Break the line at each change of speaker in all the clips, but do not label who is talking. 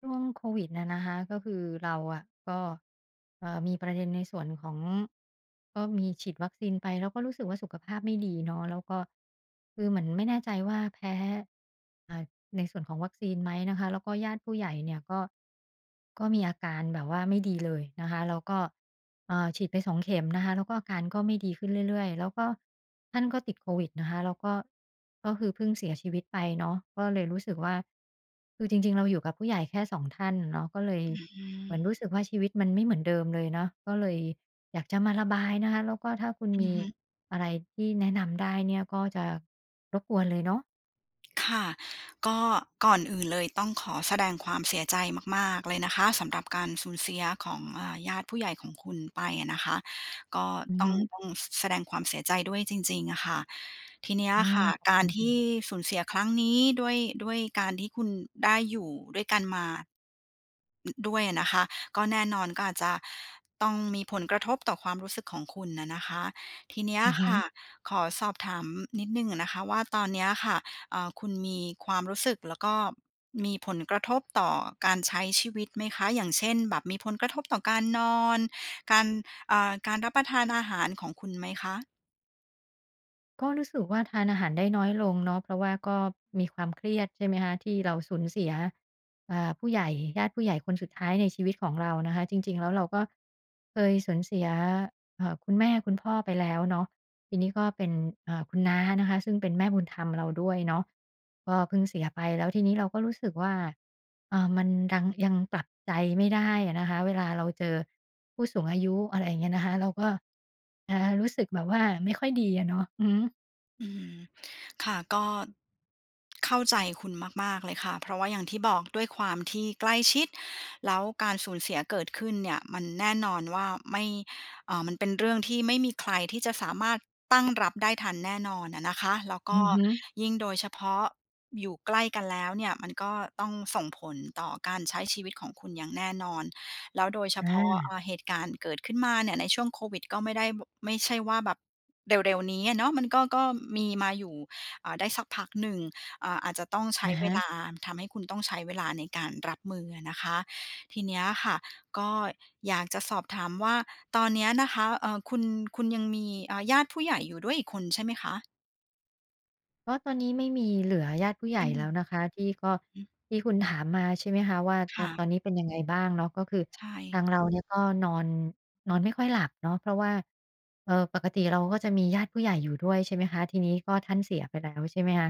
ช่วงโควิดนะนะคะก็คือเราอะก็มีประเด็นในส่วนของก็มีฉีดวัคซีนไปแล้วก็รู้สึกว่าสุขภาพไม่ดีเนาะแล้วก็คือเหมือนไม่แน่ใจว่าแพ้อ่าในส่วนของวัคซีนไหมนะคะแล้วก็ญาติผู้ใหญ่เนี่ยก็ก็มีอาการแบบว่าไม่ดีเลยนะคะแล้วก็ ฉีดไปสองเข็มนะคะแล้วก็อาการก็ไม่ดีขึ้นเรื่อยๆแล้วก็ท่านก็ติดโควิดนะคะแล้วก็ก็คือเพิ่งเสียชีวิตไปเนาะก็เลยรู้สึกว่าคือจริงๆเราอยู่กับผู้ใหญ่แค่2ท่านเนาะก็เลยเหมือนรู้สึกว่าชีวิตมันไม่เหมือนเดิมเลยเนาะก็เลยอยากจะมาระบายนะคะแล้วก็ถ้าคุณ
อือ
มี
ฮึ
อะไรที่แนะนำได้เนี่ยก็จะรบกวนเลยเนาะ
ค่ะก็ก่อนอื่นเลยต้องขอแสดงความเสียใจมากๆเลยนะคะสำหรับการสูญเสียของญาติผู้ใหญ่ของคุณไปอะนะคะก็
อือ
ต้
ฮึ
องต้องสแสดงความเสียใจด้วยจริงๆอะค่ะทีเนี้ย
อ้อ
ค่ะ
ขอบ
กา
คุ
ร
ณ
ที่
ค่ะ
สูญเสียครั้งนี้ด้วยการที่คุณได้อยู่ด้วยกันมา ด้วยอะนะคะก็แน่นอนก็อาจจะต้องมีผลกระทบต่อความรู้สึกของคุณน่ะนะคะทีเนี้ย
อือฮึ
ค่ะขอสอบถามนิดหนึ่งอะนะคะว่าตอนเนี้ยค่ะคุณมีความรู้สึกแล้วก็มีผลกระทบต่อการใช้ชีวิตไหมคะอย่างเช่นแบบมีผลกระทบต่อการนอนการการรับประทานอาหารของคุณไหมคะ
ก็รู้สึกว่าทานอาหารได้น้อยลงเนาะเพราะว่าก็มีความเครียดใช่ไหมคะที่เราสูญเสียผู้ใหญ่ญาติผู้ใหญ่คนสุดท้ายในชีวิตของเรานะคะจริงๆแล้วเราก็เคยสูญเสียคุณแม่คุณพ่อไปแล้วเนาะทีนี้ก็เป็นคุณน้านะคะซึ่งเป็นแม่บุญธรรมเราด้วยเนาะก็เพิ่งเสียไปแล้วทีนี้เราก็รู้สึกว่ามันดังยังปรับใจไม่ได้อะนะคะเวลาเราเจอผู้สูงอายุอะไรอย่างเงี้ยนะคะเราก็รู้สึกแบบว่าไม่ค่อยดีอะเนาะอือฮึ
อืมค่ะก็เข้าใจคุณมากๆเลยค่ะเพราะว่าอย่างที่บอกด้วยความที่ใกล้ชิดแล้วการสูญเสียเกิดขึ้นเนี่ยมันแน่นอนว่าไม่มันเป็นเรื่องที่ไม่มีใครที่จะสามารถตั้งรับได้ทันแน่นอนอะนะคะแล้ว
อื
ก็
อฮึ
ยิ่งโดยเฉพาะอยู่ใกล้กันแล้วเนี่ยมันก็ต้องส่งผลต่อการใช้ชีวิตของคุณอย่างแน่นอน แล้วโดยเฉพาะ
อา
เหตุการณ์เกิดขึ้นมาเนี่ยในช่วงโควิดก็ไม่ได้ไม่ใช่ว่าแบบเร็วๆนี้อะเนาะมันก็ก็มีมาอยู่ได้สักพักหนึ่งอาจจะต้องใช้
อะ
เวลา
ฮะ
ทำให้คุณต้องใช้เวลาในการรับมืออะนะคะทีเนี้ยค่ะก็อยากจะสอบถามว่าตอนเนี้ยนะคะคุณยังมีญาติผู้ใหญ่อยู่ด้วยอีกคนใช่ไหมคะ
ก็ตอนนี้ไม่มีเหลือญาติผู้ใหญ่
ไม่มี
แล้วนะคะที่ก็
อืม
ที่คุณถามมาใช่ไหมคะว่า
ค่ะ
ตอนนี้เป็นยังไงบ้างเนาะก็คือ
ใช่
ทางเราเนี่ยก็นอนนอนไม่ค่อยหลับเนาะเพราะว่าปกติเราก็จะมีญาติผู้ใหญ่อยู่ด้วยใช่ไหมคะทีนี้ก็ท่านเสียไปแล้วใช่ไหมคะ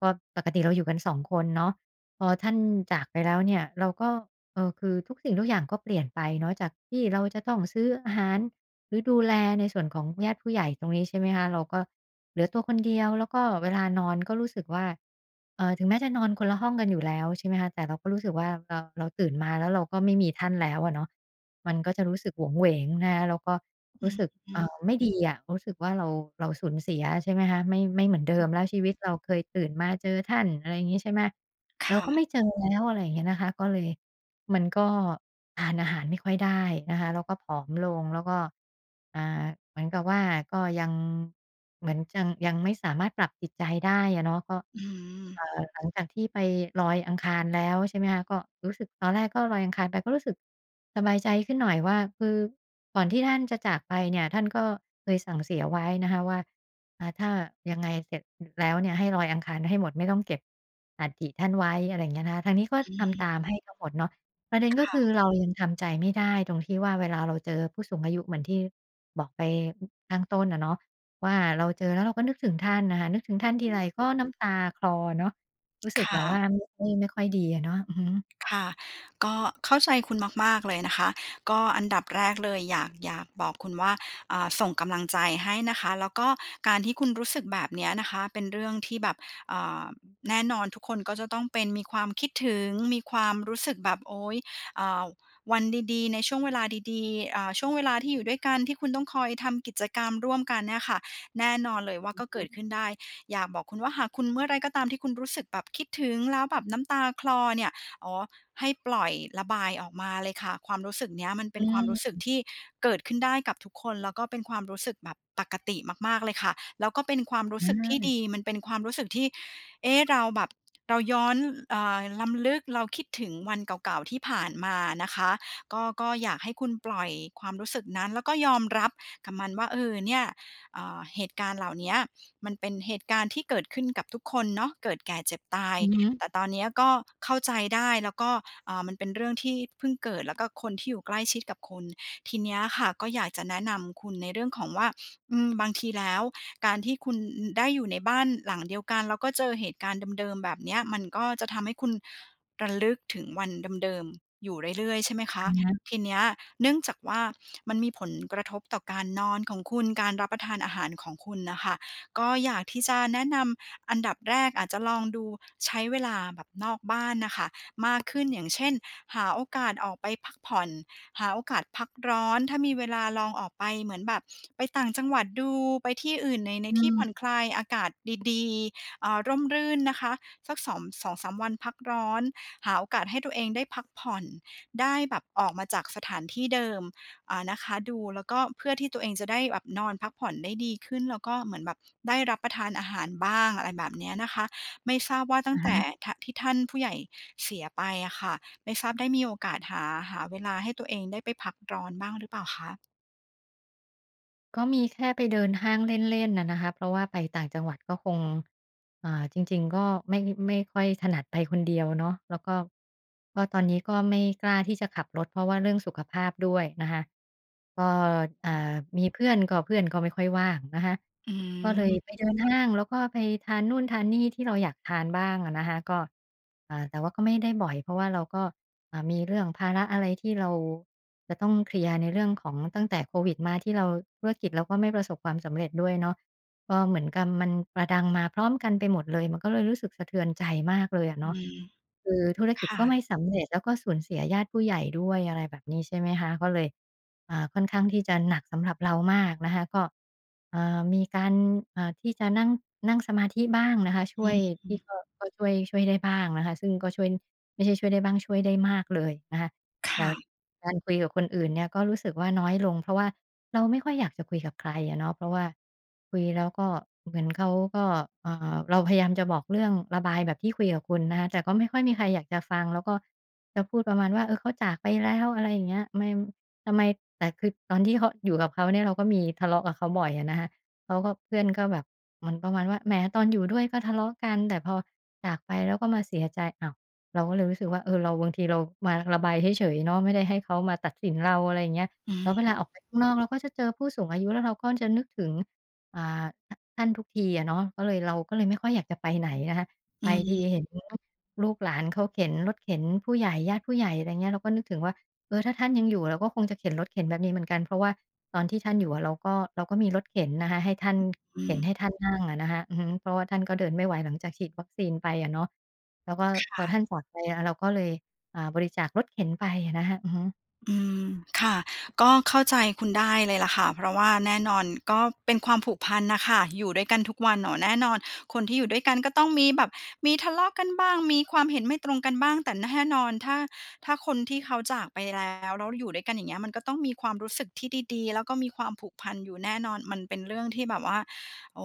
ก็ปกติเราอยู่กัน2คนเนาะพอท่านจากไปแล้วเนี่ยเราก็คือทุกสิ่งทุกอย่างก็เปลี่ยนไปเนาะจากที่เราจะต้องซื้ออาหาร หรือดูแลในส่วนของญาติผู้ใหญ่ตรงนี้ใช่ไหมคะเราก็เหลือตัวคนเดียวแล้วก็เวลานอนก็รู้สึกว่าถึงแม้จะนอนคนละห้องกันอยู่แล้วใช่ไหมคะแต่เราก็รู้สึกว่าเราตื่นมาแล้วเราก็ไม่มีท่านแล้วอะเนาะมันก็จะรู้สึกหวงเหวงนะคะแล้วก็รู้สึก
อือ
ไม่ดีอะรู้สึกว่าเราสูญเสียใช่ไหมคะไม่เหมือนเดิมแล้วชีวิตเราเคยตื่นมาเจอท่านอะไรอย่างงี้ใช่ไหม
ๆ
เรา
ค่ะ
ก็ไม่เจอแล้วอะไรอย่างเงี้ยนะคะก็เลย มันก็ทานอาหารไม่ค่อยได้นะคะแล้วก็ผอมลงแล้วก็อ่าเหมือนกับว่าก็ยังเหมือนจังยังไม่สามารถปรับจิตใจได้อะเนาะก็
อืม
หลังจากที่ไปลอยอังคารแล้วใช่ไหมคะก็รู้สึกตอนแรกก็ลอยอังคารไปก็รู้สึกสบายใจขึ้นหน่อยว่าคือก่อนที่ท่านจะจากไปเนี่ยท่านก็เคยสั่งเสียไว้นะคะว่าถ้ายังไงเสร็จแล้วเนี่ยให้ลอยอังคารให้หมดไม่ต้องเก็บอัฐิท่านไว้อะไรอย่างเงี้ยนะคะทางนี้ก็
อื
ทำตา
ม
มให้ทั้งหมดเนาะประเด็นก็คือ
ค่ะ
เรายังทำใจไม่ได้ตรงที่ว่าเวลาเราเจอผู้สูงอายุเหมือนที่บอกไปข้างต้นอะเนาะ ว่าเราเจอแล้วเราก็นึกถึงท่านน่ะค่ะนึกถึงท่านทีไรก็น้ำตาคลอเนาะรู้สึ
ค
กแบบว่า
่ะ
ไม่ค่อยดีอะเนาะอือฮึ
ค่ะก็เข้าใจคุณมากๆเลยนะคะก็อันดับแรกเลยอยากบอกคุณว่าส่งกำลังใจให้นะคะแล้วก็การที่คุณรู้สึกแบบเนี้ยนะคะเป็นเรื่องที่แบบอ่าแน่นอนทุกคนก็จะต้องเป็นมีความคิดถึงมีความรู้สึกแบบโอ๊ยอ่าวันดีๆในช่วงเวลาดีๆช่วงเวลาที่อยู่ด้วยกันที่คุณต้องคอยทำกิจกรรมร่วมกันเนี่ยค่ะแน่นอนเลยว่าก็เกิดขึ้นได้อยากบอกคุณว่าหากคุณเมื่อไรก็ตามที่คุณรู้สึกแบบคิดถึงแล้วแบบน้ำตาคลอเนี่ยอ๋อ ให้ปล่อยระบายออกมาเลยค่ะความรู้สึกเนี้ยมันเป็
อื
นความรู้สึก
ม
ที่เกิดขึ้นได้กับทุกคนแล้วก็เป็นความรู้สึกแบบปกติมากๆเลยค่ะแล้วก็เป็นความรู้
อ
สึกที่
า
ดีมันเป็นความรู้สึกที่เอ๊ะเราแบบเราย้อนรำลึกเราคิดถึงวันเก่าๆที่ผ่านมานะคะก็ก็อยากให้คุณปล่อยความรู้สึกนั้นแล้วก็ยอมรับกับมันว่าเออเนี่ยเหตุการณ์เหล่าเนี้ยมันเป็นเหตุการณ์ที่เกิดขึ้นกับทุกคนเนาะเกิดแก่เจ็บตาย
อือฮึ
แต่ตอนเนี้ยก็เข้าใจได้แล้วก็มันเป็นเรื่องที่เพิ่งเกิดแล้วก็คนที่อยู่ใกล้ชิดกับคุณทีเนี้ยค่ะก็อยากจะแนะนำคุณในเรื่องของว่าอืมบางทีแล้วการที่คุณได้อยู่ในบ้านหลังเดียวกันแล้วก็เจอเหตุการณ์เดิมๆแบบเนี้ยมันก็จะทำให้คุณระลึกถึงวันเดิมๆอยู่เรื่อยๆใช่ไหมคะ
อะฮะ
ทีเนี้ยเนื่องจากว่ามันมีผลกระทบต่อการนอนของคุณการรับประทานอาหารของคุณน่ะค่ะก็อยากที่จะแนะน อันดับแรกอาจจะลองดูใช้เวลาแบบนอกบ้านนะคะมากขึ้นอย่างเช่นหาโอกาสออกไปพักผ่อนหาโอกาสพักร้อนถ้ามีเวลาลองออกไปเหมือนแบบไปต่างจังหวัดดูไปที่อื่นในใน
อื
ที่ผ่อน
ม
คลายอากาศดีๆร่มรื่นนะคะสักสองสองสามวันพักร้อนหาโอกาสให้ตัวเองได้พักผ่อนได้แบบออกมาจากสถานที่เดิม นะคะดูแล้วก็เพื่อที่ตัวเองจะได้แบบนอนพักผ่อนได้ดีขึ้นแล้วก็เหมือนแบบได้รับประทานอาหารบ้างอะไรแบบเนี้ยนะคะไม่ทราบว่าตั้
อะ
งแต่
ฮะ
ที่ท่านผู้ใหญ่เสียไปอะค่ะไม่ทราบได้มีโอกาสหาเวลาให้ตัวเองได้ไปพักร้อนบ้างหรือเปล่าคะ
ก็มีแค่ไปเดินห้างเล่นๆน่ะนะคะเพราะว่าไปต่างจังหวัดก็คง จริงๆก็ไม่ค่อยถนัดไปคนเดียวเนาะแล้วก็ก็ตอนนี้ก็ไม่กล้าที่จะขับรถเพราะว่าเรื่องสุขภาพด้วยนะคะก็มีเพื่อนก็เพื่อนก็ไม่ค่อยว่างนะคะ
อื
ก็เลยไป
ม
เดินห้างแล้วก็ไปทานนู่นทานนี่ที่เราอยากทานบ้างอะนะคะก็แต่ว่าก็ไม่ได้บ่อยเพราะว่าเราก็มีเรื่องภาระอะไรที่เราจะต้องเคลียร์ในเรื่องของตั้งแต่โควิดมาที่เราธุรกิจเราก็ไม่ประสบความสำเร็จด้วยเนาะ ก็เหมือนกับมันประดังมาพร้อมกันไปหมดเลยมันก็เลยรู้สึกสะเทือนใจมากเลยอะ
อื
เนาะ
ม
คือธุรกิจ
ค่ะ
ก็ไม่สำเร็จแล้วก็สูญเสียญาติผู้ใหญ่ด้วยอะไรแบบนี้ใช่ไหมคะก็เลยค่อนข้างที่จะหนักสำหรับเรามากนะคะก็มีการที่จะนั่งนั่งสมาธิบ้างนะคะช่
อื
วยที่ก็
ม
ก็ช่วยได้บ้างนะคะซึ่งก็ช่วยไม่ใช่ช่วยได้บ้างช่วยได้มากเลยนะคะแต่
ค่ะ
การคุยกับคนอื่นเนี่ยก็รู้สึกว่าน้อยลงเพราะว่า เราไม่ค่อยอยากจะคุยกับใครอะเนาะเพราะว่าคุยแล้วก็เหมือนเขาก็เราพยายามจะบอกเรื่องระบายแบบที่คุยกับคุณนะคะแต่ก็ไม่ค่อยมีใครอยากจะฟังแล้วก็จะพูดประมาณว่าเออเขาจากไปแล้วอะไรอย่างเงี้ยไม่ทำไมแต่คือตอนที่เขาอยู่กับเขาเนี่ยเราก็มีทะเลาะกับเขาบ่อยอะนะคะเขาก็เพื่อนก็แบบเหมือนประมาณว่าแหมตอนอยู่ด้วยก็ทะเลาะกันแต่พอจากไปแล้วก็มาเสียใจอ้าวเราก็เลยรู้สึกว่าเออเราบางทีเรามาระบายเฉยๆเนาะไม่ได้ให้เขามาตัดสินเราอะไรอย่างเงี้ย
อื
แล้วเว
ม
ลาออกไปข้างนอกเราก็จะเจอผู้สูงอายุแล้วเราก็จะนึกถึงอ่าทท่านทุกทีอะเนาะก็เลยเราก็เลยไม่ค่อยอยากจะไปไหนนะคะไป
อื
ที
ม
เห็นลูกหลานเขาเข็นรถเข็นผู้ใหญ่ญาติผู้ใหญ่อะไรเงี้ยเราก็นึกถึงว่าเออถ้าท่านยังอยู่เราก็คงจะเข็นรถเข็นแบบนี้เหมือนกันเพราะว่าตอนที่ท่านอยู่อะเราก็มีรถเข็นนะคะให้ท่าน
อื
เข็นให้
ม
ท่านนั่งอะนะคะอือฮึเพราะว่าท่านก็เดินไม่ไหวหลังจากฉีดวัคซีนไปอะเนาะแล้วก็
ค
พอท่าน
่ะ
จากไปเราก็เลยบริจาครถเข็นไปอะนะคะอือฮึ
อืมค่ะก็เข้าใจคุณได้เลยล่ะค่ะเพราะว่าแน่นอนก็เป็นความผูกพันน่ะค่ะอยู่ด้วยกันทุกวันเนาะแน่นอนคนที่อยู่ด้วยกันก็ต้องมีแบบมีทะเลาะกันบ้างมีความเห็นไม่ตรงกันบ้างแต่แน่นอนถ้าคนที่เขาจากไปแล้วอยู่ด้วยกันอย่างเงี้ยมันก็ต้องมีความรู้สึกที่ดีๆแล้วก็มีความผูกพันอยู่แน่นอนมันเป็นเรื่องที่แบบว่าโอ้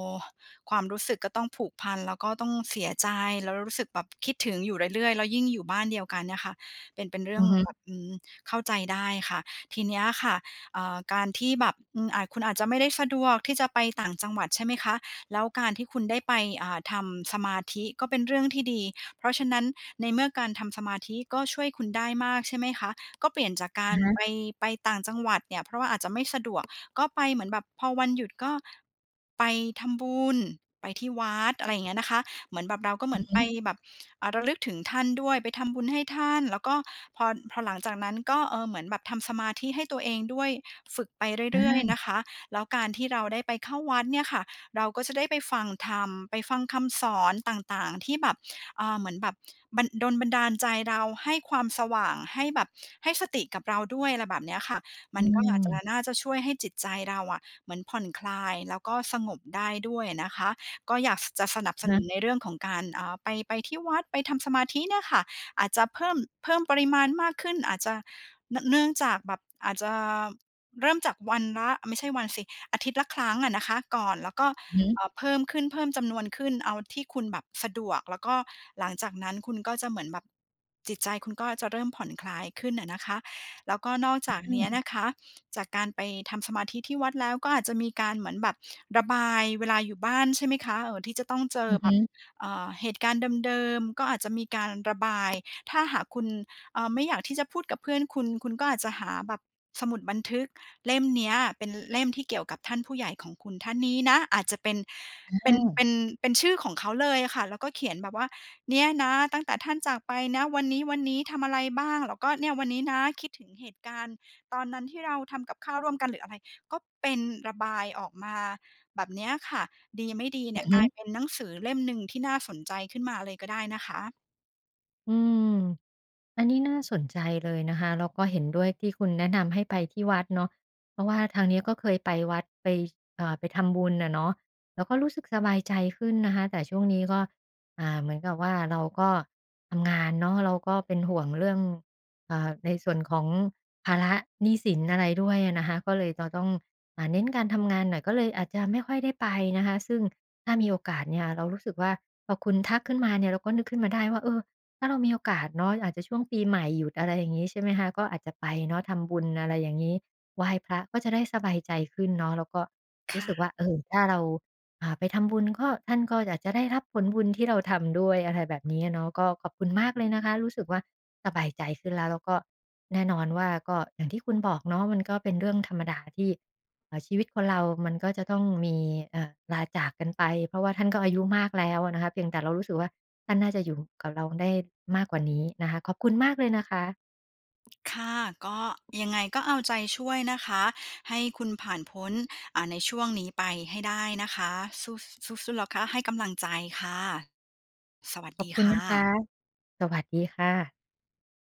ความรู้สึกก็ต้องผูกพันแล้วก็ต้องเสียใจแล้วรู้สึกแบบคิดถึงอยู่เรื่อยๆแล้วยิ่งอยู่บ้านเดียวกันเนี่ยค่ะเป็นเรื่
อื
อง
อฮึ
แบบอืม เข้าใจได้ค่ะทีเนี้ยค่ะการที่แบบอืมอาจคุณอาจจะไม่ได้สะดวกที่จะไปต่างจังหวัดใช่ไหมคะแล้วการที่คุณได้ไปทำสมาธิก็เป็นเรื่องที่ดีเพราะฉะนั้นในเมื่อการทำสมาธิก็ช่วยคุณได้มากใช่ไหมคะก็เปลี่ยนจากการ
อะฮะ
ไปต่างจังหวัดเนี่ยเพราะว่าอาจจะไม่สะดวกก็ไปเหมือนแบบพอวันหยุดก็ไปทำบุญไปที่วัดอะไรอย่างเงี้ยนะคะ เหมือนแบบเราก็เห
อื
มือ
อ
น
ฮึ
ไปแบบเอ่าระลึกถึงท่านด้วยไปทำบุญให้ท่านแล้วก็พอพอหลังจากนั้นก็เออเหมือนแบบทำสมาธิให้ตัวเองด้วยฝึกไป
อ
เรื่อยๆนะ
า
คะแล้วการที่เราได้ไปเข้าวัดเนี่ยค่ะเราก็จะได้ไปฟังธรรมไปฟังคำสอนต่างๆที่แบบเหมือนแบบบันดาลใจเราให้ความสว่างให้แบบให้สติกับเราด้วยอะไรแบบเนี้ยค่ะ
อื
มันก็อาจ
ม
จะน่าจะช่วยให้จิตใจเราอะเหมือนผ่อนคลายแล้วก็สงบได้ด้วยนะคะ ก็อยากจะสนับส
อะ
นุนใน
ฮะ
เรื่องของการไปที่วัดไปทำสมาธิเนี่ยค่ะอาจจะเพิ่มปริมาณมากขึ้นอาจจะเนื่องจากแบบอาจจะเริ่มจากวันละไม่ใช่วันสิอาทิตย์ละครั้งอะนะคะก่อนแล้วก็
อือฮึ
เพิ่มขึ้นเพิ่มจำนวนขึ้นเอาที่คุณแบบสะดวกแล้วก็หลังจากนั้นคุณก็จะเหมือนแบบจิตใจคุณก็จะเริ่มผ่อนคลายขึ้นอะนะคะ แล้วก็นอกจากเนี้ย
อา
นะคะจากการไปทำสมาธิที่วัดแล้วก็อาจจะมีการเหมือนแบบระบายเวลาอยู่บ้านใช่ไหมคะที่จะต้องเจอ
อือ
แบ
ฮึ
บเหตุการณ์เดิมๆก็อาจจะมีการระบายถ้าหากคุณไม่อยากที่จะพูดกับเพื่อนคุณก็อาจจะหาแบบสมุดบันทึก เล่มเนี้ยเป็นเล่มที่เกี่ยวกับท่านผู้ใหญ่ของคุณท่านนี้นะอาจจะ
อ
เป็นเป็
า
นเป็นชื่อของเขาเลยอะค่ะแล้วก็เขียนแบบว่าเนี่ยนะตั้งแต่ท่านจากไปนะวันนี้ๆทำอะไรบ้างแล้วก็เนี่ยวันนี้นะคิดถึงเหตุการณ์ตอนนั้นที่เราทำกับข้าวร่วมกันหรืออะไรก็เป็นระบายออกมาแบบเนี้ยค่ะดีไม่ดี
อื
เนี่ย
อ
ก
ฮึ
ลายเป็นหนังสือเล่มหนึ่งที่น่าสนใจขึ้นมาเลยก็ได้นะคะ
อืม อันนี้น่าสนใจเลยนะคะแล้วก็เห็นด้วยที่คุณแนะนำให้ไปที่วัดเนาะเพราะว่าทางนี้ก็เคยไปวัดไปไปทำบุญอะเนาะแล้วก็รู้สึกสบายใจขึ้นนะคะแต่ช่วงนี้ก็เหมือนกับว่าเราก็ทำงานเนาะเราก็เป็นห่วงเรื่องในส่วนของภาระหนี้สินอะไรด้วยอะนะคะก็เลยจะต้องเน้นการทำงานหน่อยก็เลยอาจจะไม่ค่อยได้ไปนะคะซึ่งถ้ามีโอกาสเนี่ยเรารู้สึกว่าพอคุณทักขึ้นมาเนี่ยเราก็นึกขึ้นมาได้ว่าเออ ถ้าเรามีโอกาสเนาะอาจจะช่วงปีใหม่หยุดอะไรอย่างงี้ใช่ไหมคะก็อาจจะไปเนาะทำบุญอะไรอย่างงี้ไหว้พระก็จะได้สบายใจขึ้นเนาะแล้วก็รู้สึกว่า
ค่ะ
เออถ้าเราไปทำบุญก็ท่านก็อาจจะได้รับผลบุญที่เราทำด้วยอะไรแบบนี้อะเนาะก็ขอบคุณมากเลยนะคะรู้สึกว่าสบายใจขึ้นแล้วแล้วก็แน่นอนว่าก็อย่างที่คุณบอกเนาะมันก็เป็นเรื่องธรรมดาที่ชีวิตคนเรามันก็จะต้องมีลาจากกันไปเพราะว่าท่านก็อายุมากแล้วอะนะคะเพียงแต่เรารู้สึกว่า ท่านน่าจะอยู่กับเราได้มากกว่านี้นะคะขอบคุณมากเลยนะคะ
ค่ะก็ยังไงก็เอาใจช่วยนะคะให้คุณผ่านพ้นในช่วงนี้ไปให้ได้นะคะสู้สู้ๆแล้วค่ะให้กำลังใจค่ะสวัส
ขอบ
ดี
คุณ
ค่ะ
นะคะสวัสดีค่ะ